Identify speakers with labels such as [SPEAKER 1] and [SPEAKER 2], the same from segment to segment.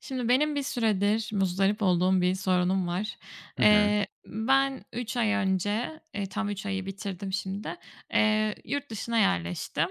[SPEAKER 1] Şimdi benim bir süredir muzdarip olduğum bir sorunum var.
[SPEAKER 2] Hı hı.
[SPEAKER 1] Ben 3 ay önce, tam 3 ayı bitirdim şimdi, yurt dışına yerleştim.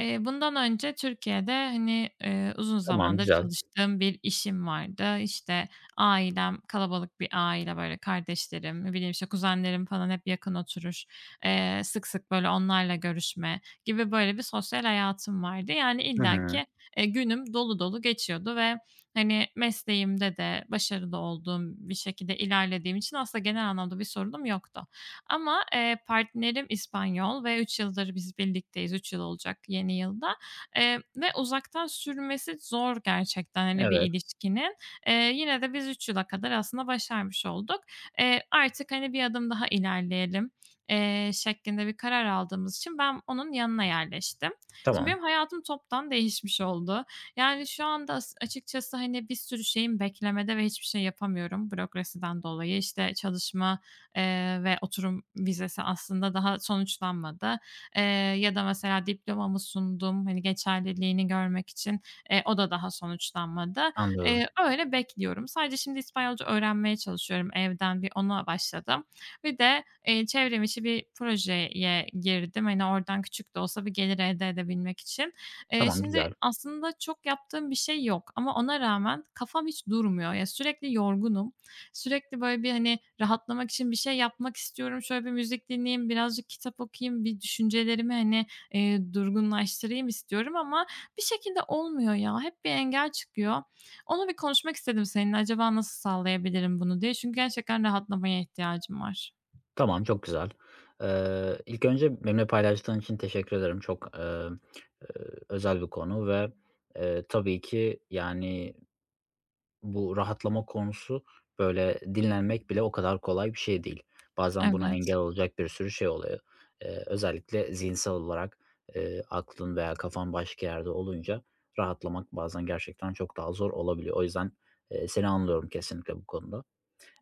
[SPEAKER 1] Bundan önce Türkiye'de, hani, uzun
[SPEAKER 2] Tamam,
[SPEAKER 1] zamandır
[SPEAKER 2] güzel.
[SPEAKER 1] çalıştığım bir işim vardı. İşte, ailem kalabalık bir aile, böyle, kardeşlerim, ne bileyim, işte, kuzenlerim falan hep yakın oturur. Sık sık, böyle, onlarla görüşme gibi, böyle, bir sosyal hayatım vardı. Yani
[SPEAKER 2] Hı hı.
[SPEAKER 1] illaki, günüm dolu dolu geçiyordu ve, hani, mesleğimde de başarılı olduğum bir şekilde ilerlediğim için aslında genel anlamda bir sorunum yoktu. Ama, partnerim İspanyol ve 3 yıldır biz birlikteyiz. 3 yıl olacak yeni yılda, ve uzaktan sürmesi zor gerçekten, hani, bir
[SPEAKER 2] Evet,
[SPEAKER 1] ilişkinin. Yine de biz 3 yıla kadar aslında başarmış olduk. Artık, hani, bir adım daha ilerleyelim, şeklinde bir karar aldığımız için ben onun yanına yerleştim. Şimdi
[SPEAKER 2] tamam.
[SPEAKER 1] benim hayatım toptan değişmiş oldu. Yani, şu anda açıkçası, hani, bir sürü şeyim beklemede ve hiçbir şey yapamıyorum bürokrasiden dolayı. İşte, çalışma ve oturum vizesi aslında daha sonuçlanmadı. Eee, ya da mesela diplomamı sundum, hani, geçerliliğini görmek için, o da daha sonuçlanmadı.
[SPEAKER 2] Anlıyorum.
[SPEAKER 1] Öyle bekliyorum. Sadece şimdi İspanyolca öğrenmeye çalışıyorum evden. Bir ona başladım. Bir de, çevrim içi bir projeye girdim. Hani, oradan küçük de olsa bir gelir elde edebilmek için. Eee,
[SPEAKER 2] Tamam,
[SPEAKER 1] şimdi
[SPEAKER 2] güzel.
[SPEAKER 1] aslında çok yaptığım bir şey yok ama ona rağmen kafam hiç durmuyor. Ya, sürekli yorgunum. Sürekli böyle bir, hani, rahatlamak için bir şey yapmak istiyorum. Şöyle bir müzik dinleyeyim, birazcık kitap okuyayım, bir düşüncelerimi, hani, durgunlaştırayım istiyorum ama bir şekilde olmuyor ya. Hep bir engel çıkıyor. Onu bir konuşmak istedim seninle. Acaba nasıl sağlayabilirim bunu diye. Çünkü gerçekten rahatlamaya ihtiyacım var.
[SPEAKER 2] Tamam, çok güzel. İlk önce benimle paylaştığın için teşekkür ederim. Çok, eee, özel bir konu ve, tabii ki yani bu rahatlama konusu, böyle, dinlenmek bile o kadar kolay bir şey değil. Bazen buna engel
[SPEAKER 1] Evet.
[SPEAKER 2] olacak bir sürü şey oluyor. Özellikle zihinsel olarak, aklın veya kafan başka yerde olunca rahatlamak bazen gerçekten çok daha zor olabiliyor. O yüzden, seni anlıyorum kesinlikle bu konuda.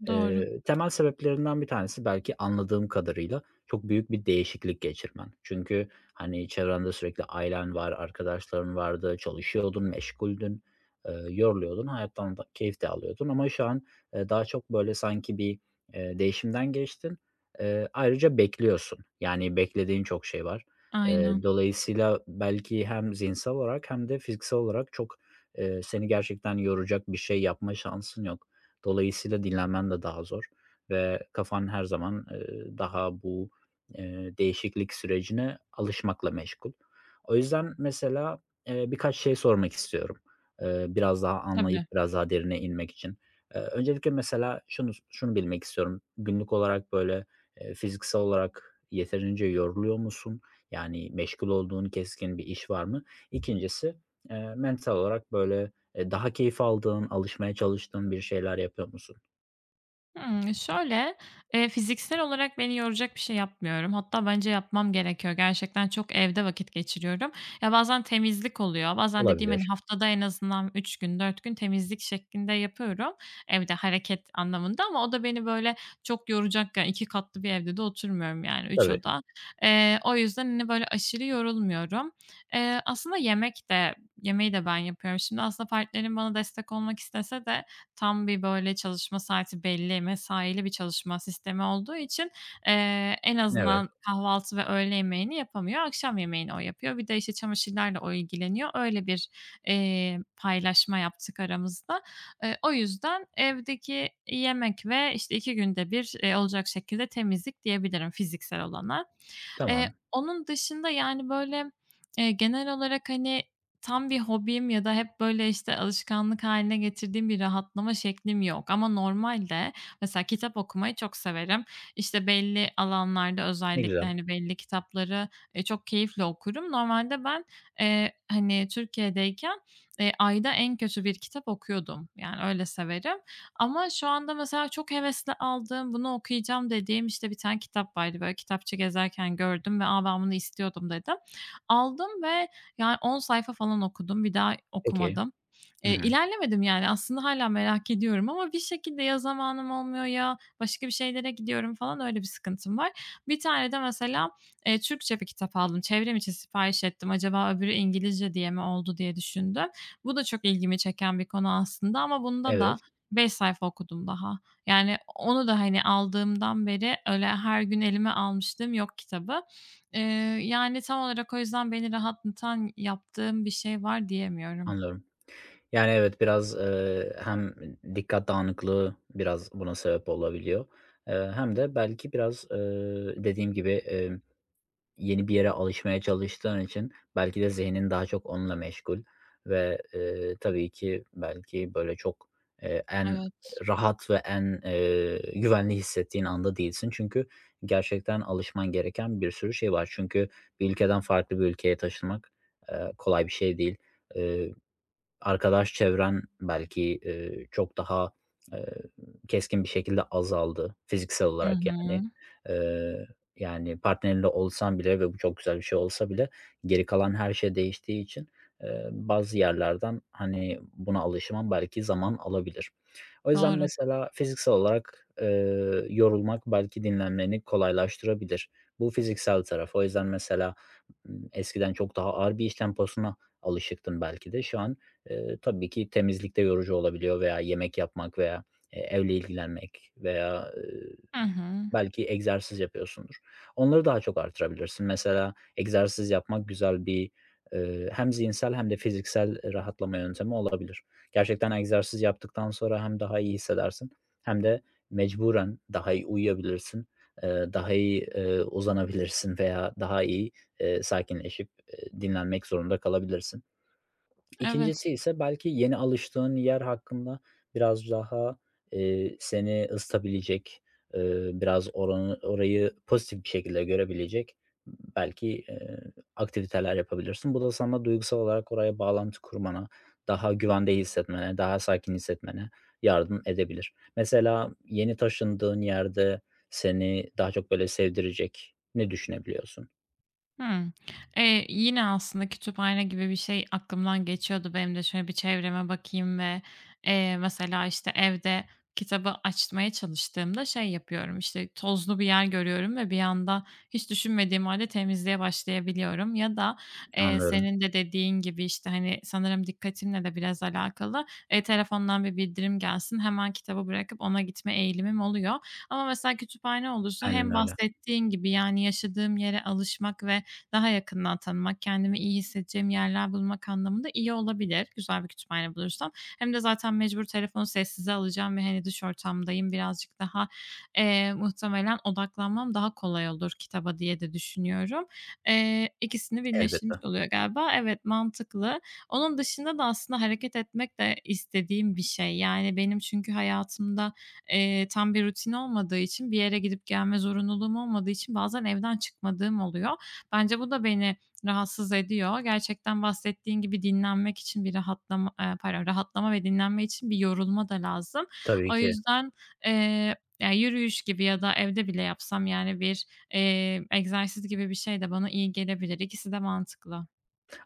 [SPEAKER 1] Doğru.
[SPEAKER 2] Temel sebeplerinden bir tanesi belki anladığım kadarıyla çok büyük bir değişiklik geçirmen. Çünkü, hani, çevrende sürekli ailen var, arkadaşların vardı, çalışıyordun, meşguldün, yoruluyordun, hayattan da keyif de alıyordun ama şu an, daha çok, böyle, sanki bir, değişimden geçtin. Ayrıca bekliyorsun. Yani beklediğin çok şey var.
[SPEAKER 1] Aynen.
[SPEAKER 2] Dolayısıyla belki hem zihinsel olarak hem de fiziksel olarak çok, seni gerçekten yoracak bir şey yapma şansın yok. Dolayısıyla dinlenmen de daha zor ve kafan her zaman, daha bu, değişiklik sürecine alışmakla meşgul. O yüzden mesela, birkaç şey sormak istiyorum, biraz daha anlayıp
[SPEAKER 1] Tabii.
[SPEAKER 2] biraz daha derine inmek için. Öncelikle mesela şunu bilmek istiyorum. Günlük olarak, böyle, fiziksel olarak yeterince yoruluyor musun? Yani meşgul olduğun keskin bir iş var mı? İkincisi, mental olarak, böyle, daha keyif aldığın, alışmaya çalıştığın bir şeyler yapıyor musun?
[SPEAKER 1] Şöyle, fiziksel olarak beni yoracak bir şey yapmıyorum. Hatta bence yapmam gerekiyor. Gerçekten çok evde vakit geçiriyorum. Ya, bazen temizlik oluyor. Bazen dediğim, hani,
[SPEAKER 2] Olabilir.
[SPEAKER 1] haftada en azından 3 gün, 4 gün temizlik şeklinde yapıyorum evde hareket anlamında ama o da beni böyle çok yoracak, yani, 2 katlı bir evde de oturmuyorum, yani, üç
[SPEAKER 2] Tabii.
[SPEAKER 1] oda. O yüzden, hani, böyle aşırı yorulmuyorum. Aslında yemek de yemeği de ben yapıyorum. Şimdi aslında partnerim bana destek olmak istese de tam bir, böyle, çalışma saati belli, mesaili bir çalışma sistemi olduğu için, en
[SPEAKER 2] Evet.
[SPEAKER 1] azından kahvaltı ve öğle yemeğini yapamıyor. Akşam yemeğini o yapıyor. Bir de, işte, çamaşırlarla o ilgileniyor. Öyle bir, paylaşma yaptık aramızda. O yüzden evdeki yemek ve, işte, 2 günde bir olacak şekilde temizlik diyebilirim fiziksel olana. Eee,
[SPEAKER 2] Tamam.
[SPEAKER 1] onun dışında, yani, böyle, genel olarak, hani, tam bir hobim ya da hep böyle, işte, alışkanlık haline getirdiğim bir rahatlama şeklim yok ama normalde mesela kitap okumayı çok severim. İşte, belli alanlarda
[SPEAKER 2] Ne
[SPEAKER 1] özellikle,
[SPEAKER 2] güzel.
[SPEAKER 1] hani, belli kitapları, çok keyifle okurum. Normalde ben, hani, Türkiye'deyken, ayda en kötü bir kitap okuyordum. Yani, öyle severim. Ama şu anda mesela çok hevesle aldığım, bunu okuyacağım dediğim, işte, bir tane kitap vardı. Böyle kitapçı gezerken gördüm ve "A, ben bunu istiyordum," dedim. Aldım ve yani 10 sayfa falan okudum. Bir daha
[SPEAKER 2] Peki.
[SPEAKER 1] okumadım.
[SPEAKER 2] Hı hı.
[SPEAKER 1] İlerlemedim yani, aslında hala merak ediyorum ama bir şekilde ya zamanım olmuyor ya başka bir şeylere gidiyorum falan, öyle bir sıkıntım var. Bir tane de mesela, Türkçe bir kitap aldım. Çevrim içi sipariş ettim. Acaba öbürü İngilizce diye mi oldu diye düşündüm. Bu da çok ilgimi çeken bir konu aslında ama bunda da
[SPEAKER 2] Evet,
[SPEAKER 1] 5 sayfa okudum daha. Yani onu da, hani, aldığımdan beri öyle her gün elime almışlığım yok kitabı. Eee, yani, tam olarak o yüzden beni rahatlatan yaptığım bir şey var diyemiyorum.
[SPEAKER 2] anlıyorum. Yani, evet, biraz, hem dikkat dağınıklığı biraz buna sebep olabiliyor, hem de belki biraz, dediğim gibi, yeni bir yere alışmaya çalıştığın için belki de zihnin daha çok onunla meşgul ve, tabii ki belki böyle çok, en
[SPEAKER 1] Evet.
[SPEAKER 2] rahat ve en, güvenli hissettiğin anda değilsin. Çünkü gerçekten alışman gereken bir sürü şey var. Çünkü bir ülkeden farklı bir ülkeye taşınmak, kolay bir şey değil. Eee Arkadaş çevren belki, çok daha, eee, keskin bir şekilde azaldı fiziksel
[SPEAKER 1] Hı
[SPEAKER 2] olarak
[SPEAKER 1] hı.
[SPEAKER 2] yani. Eee, Yani partnerinle olsan bile ve bu çok güzel bir şey olsa bile geri kalan her şey değiştiği için, bazı yerlerden, hani, buna alışman belki zaman alabilir. O yüzden
[SPEAKER 1] Doğru.
[SPEAKER 2] mesela fiziksel olarak, yorulmak belki dinlenmeni kolaylaştırabilir. Bu fiziksel tarafı. O yüzden mesela, eskiden çok daha ağır bir iş temposuna alışıktın belki de. Şu an, tabii ki temizlikte yorucu olabiliyor veya yemek yapmak veya, evle ilgilenmek veya,
[SPEAKER 1] Hı hı.
[SPEAKER 2] belki egzersiz yapıyorsundur. Onları daha çok artırabilirsin. Mesela egzersiz yapmak güzel bir, hem zihinsel hem de fiziksel rahatlama yöntemi olabilir. Gerçekten egzersiz yaptıktan sonra hem daha iyi hissedersin hem de mecburen daha iyi uyuyabilirsin, daha iyi, uzanabilirsin veya daha iyi, sakinleşip, dinlenmek zorunda kalabilirsin.
[SPEAKER 1] Evet.
[SPEAKER 2] İkincisi ise belki yeni alıştığın yer hakkında biraz daha, seni ısıtabilecek, biraz orayı pozitif bir şekilde görebilecek belki, aktiviteler yapabilirsin. Bu da sana duygusal olarak oraya bağlantı kurmana, daha güvende hissetmene, daha sakin hissetmene yardım edebilir. Mesela yeni taşındığın yerde seni daha çok böyle sevdirecek ne düşünebiliyorsun?
[SPEAKER 1] Hımm. Yine aslında kütüphane gibi bir şey aklımdan geçiyordu benim de. Şöyle bir çevreme bakayım ve, mesela, işte, evde kitabı açmaya çalıştığımda şey yapıyorum, İşte tozlu bir yer görüyorum ve bir anda hiç düşünmediğim halde temizliğe başlayabiliyorum ya da,
[SPEAKER 2] Anlıyorum.
[SPEAKER 1] senin de dediğin gibi, işte, hani, sanırım dikkatimle de biraz alakalı, telefondan bir bildirim gelsin, hemen kitabı bırakıp ona gitme eğilimim oluyor. Ama mesela kütüphane olursa,
[SPEAKER 2] Aynen
[SPEAKER 1] hem
[SPEAKER 2] öyle.
[SPEAKER 1] bahsettiğin gibi, yani, yaşadığım yere alışmak ve daha yakından tanımak, kendimi iyi hissedeceğim yerler bulmak anlamında iyi olabilir güzel bir kütüphane bulursam. Hem de zaten mecbur telefonu sessize alacağım ve, hani, dış ortamdayım. Birazcık daha, muhtemelen odaklanmam daha kolay olur kitaba diye de düşünüyorum. İkisini birleştirmiş
[SPEAKER 2] Elbette.
[SPEAKER 1] oluyor galiba. Evet, mantıklı. Onun dışında da aslında hareket etmek de istediğim bir şey. Yani, benim çünkü hayatımda, tam bir rutin olmadığı için, bir yere gidip gelme zorunluluğum olmadığı için bazen evden çıkmadığım oluyor. Bence bu da beni rahatsız ediyor. Gerçekten bahsettiğin gibi dinlenmek için bir rahatlama, pardon, rahatlama ve dinlenme için bir yorulma da lazım.
[SPEAKER 2] Tabii
[SPEAKER 1] O
[SPEAKER 2] ki.
[SPEAKER 1] yüzden, ya, yürüyüş gibi ya da evde bile yapsam, yani, bir, egzersiz gibi bir şey de bana iyi gelebilir. İkisi de mantıklı.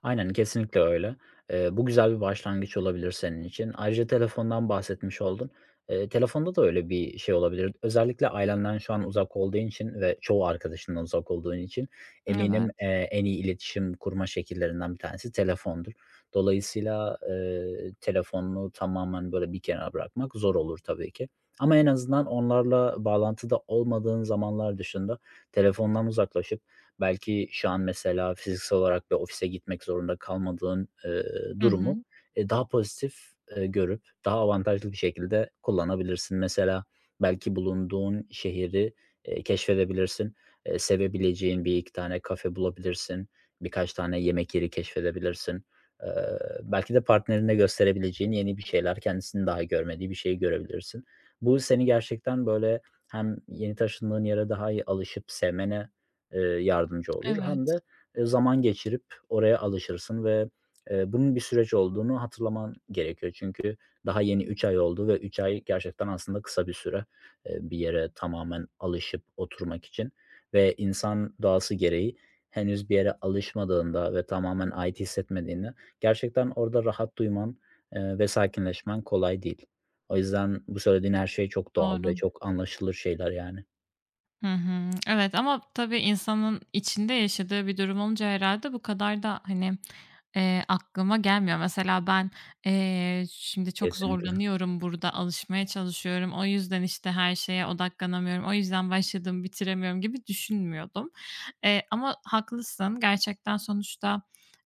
[SPEAKER 2] Aynen, kesinlikle öyle. Bu güzel bir başlangıç olabilir senin için. Ayrıca telefondan bahsetmiş oldun. Telefonda da öyle bir şey olabilir. Özellikle ailenden şu an uzak olduğun için ve çoğu arkadaşından uzak olduğun için eminim,
[SPEAKER 1] Evet.
[SPEAKER 2] en iyi iletişim kurma şekillerinden bir tanesi telefondur. Dolayısıyla, telefonunu tamamen böyle bir kenara bırakmak zor olur tabii ki. Ama en azından onlarla bağlantıda olmadığın zamanlar dışında telefondan uzaklaşıp belki şu an mesela fiziksel olarak bir ofise gitmek zorunda kalmadığın,
[SPEAKER 1] Hı
[SPEAKER 2] durumu,
[SPEAKER 1] hı.
[SPEAKER 2] daha pozitif, görüp daha avantajlı bir şekilde kullanabilirsin. Mesela belki bulunduğun şehri, keşfedebilirsin. Sevebileceğin bir iki tane kafe bulabilirsin. Birkaç tane yemek yeri keşfedebilirsin. Eee, Belki de partnerine gösterebileceğin yeni bir şeyler, kendisinin daha görmediği bir şeyi görebilirsin. Bu seni gerçekten böyle hem yeni taşındığın yere daha iyi alışıp sevmene yardımcı olur hem
[SPEAKER 1] Evet,
[SPEAKER 2] de, zaman geçirip oraya alışırsın ve, bunun bir süreç olduğunu hatırlaman gerekiyor. Çünkü daha yeni 3 ay oldu ve 3 ay gerçekten aslında kısa bir süre, bir yere tamamen alışıp oturmak için ve insan doğası gereği henüz bir yere alışmadığında ve tamamen ait hissetmediğinde gerçekten orada rahat duyman, ve sakinleşmen kolay değil. O yüzden bu söylediğin her şey çok doğal
[SPEAKER 1] doğru.
[SPEAKER 2] ve çok anlaşılır şeyler yani.
[SPEAKER 1] Hı hı. Evet, ama tabii insanın içinde yaşadığı bir durum olunca herhalde bu kadar da, hani, aklıma gelmiyor. Mesela ben, şimdi çok
[SPEAKER 2] Kesinlikle.
[SPEAKER 1] zorlanıyorum burada, alışmaya çalışıyorum. O yüzden, işte, her şeye odaklanamıyorum. O yüzden başladığımı bitiremiyorum gibi düşünmüyordum. Ama haklısın. Gerçekten sonuçta,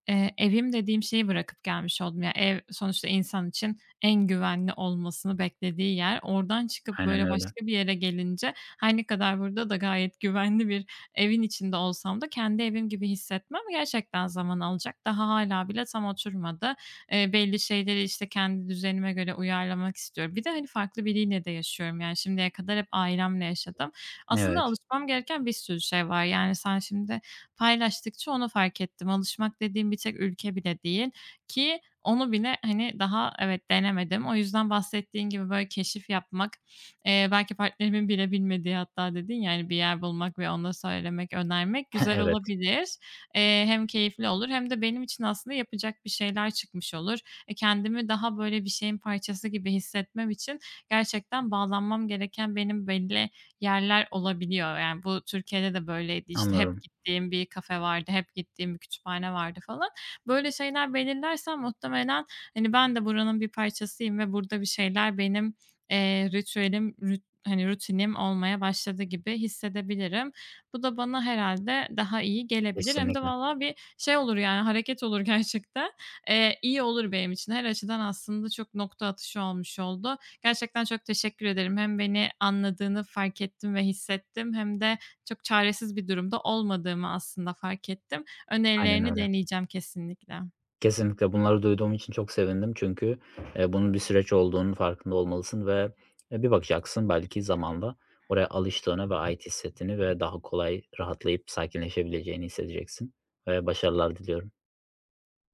[SPEAKER 1] evim dediğim şeyi bırakıp gelmiş oldum. Ya, ev sonuçta insan için en güvenli olmasını beklediği yer. Oradan çıkıp,
[SPEAKER 2] Aynen
[SPEAKER 1] böyle,
[SPEAKER 2] öyle.
[SPEAKER 1] başka bir yere gelince, her ne kadar burada da gayet güvenli bir evin içinde olsam da kendi evim gibi hissetmem gerçekten zaman alacak. Daha hâlâ bile tam oturmadı. Belli şeyleri, işte, kendi düzenime göre uyarlamak istiyorum. Bir de, hani, farklı biriyle de yaşıyorum. Yani şimdiye kadar hep ailemle yaşadım. Aslında
[SPEAKER 2] Evet.
[SPEAKER 1] alışmam gereken bir sürü şey var. Yani sen şimdi paylaştıkça onu fark ettim. Alışmak dediğim bir tek ülke bile değil ki, onu bile, hani, daha evet, denemedim. O yüzden bahsettiğin gibi, böyle, keşif yapmak, belki partnerimin bile bilmediği, hatta dedin ya, hani, bir yer bulmak ve ona söylemek, önermek güzel
[SPEAKER 2] Evet,
[SPEAKER 1] olabilir. Hem keyifli olur hem de benim için aslında yapacak bir şeyler çıkmış olur. E, kendimi daha, böyle, bir şeyin parçası gibi hissetmem için gerçekten bağlanmam gereken benim belli yerler olabiliyor. Yani, bu Türkiye'de de böyleydi. İşte, hep
[SPEAKER 2] anlıyorum.
[SPEAKER 1] gittiğim bir kafe vardı, hep gittiğim bir kütüphane vardı falan. Böyle şeyler belirlersem, muhtemelen, hani, ben de buranın bir parçasıyım ve burada bir şeyler benim, rutinim olmaya başladı gibi hissedebilirim. Bu da bana herhalde daha iyi gelebilir. Hem de
[SPEAKER 2] Kesinlikle.
[SPEAKER 1] valla bir şey olur, yani, hareket olur gerçekten. İyi olur benim için. Her açıdan aslında çok nokta atışı olmuş oldu. Gerçekten çok teşekkür ederim. Hem beni anladığını fark ettim ve hissettim hem de çok çaresiz bir durumda olmadığımı aslında fark ettim.
[SPEAKER 2] Aynen
[SPEAKER 1] Önerilerini
[SPEAKER 2] öyle.
[SPEAKER 1] deneyeceğim kesinlikle.
[SPEAKER 2] Kesinlikle bunları duyduğum için çok sevindim çünkü, bunun bir süreç olduğunun farkında olmalısın ve, bir bakacaksın belki zamanla oraya alıştığını ve ait hissettiğini ve daha kolay rahatlayıp sakinleşebileceğini hissedeceksin ve başarılar diliyorum.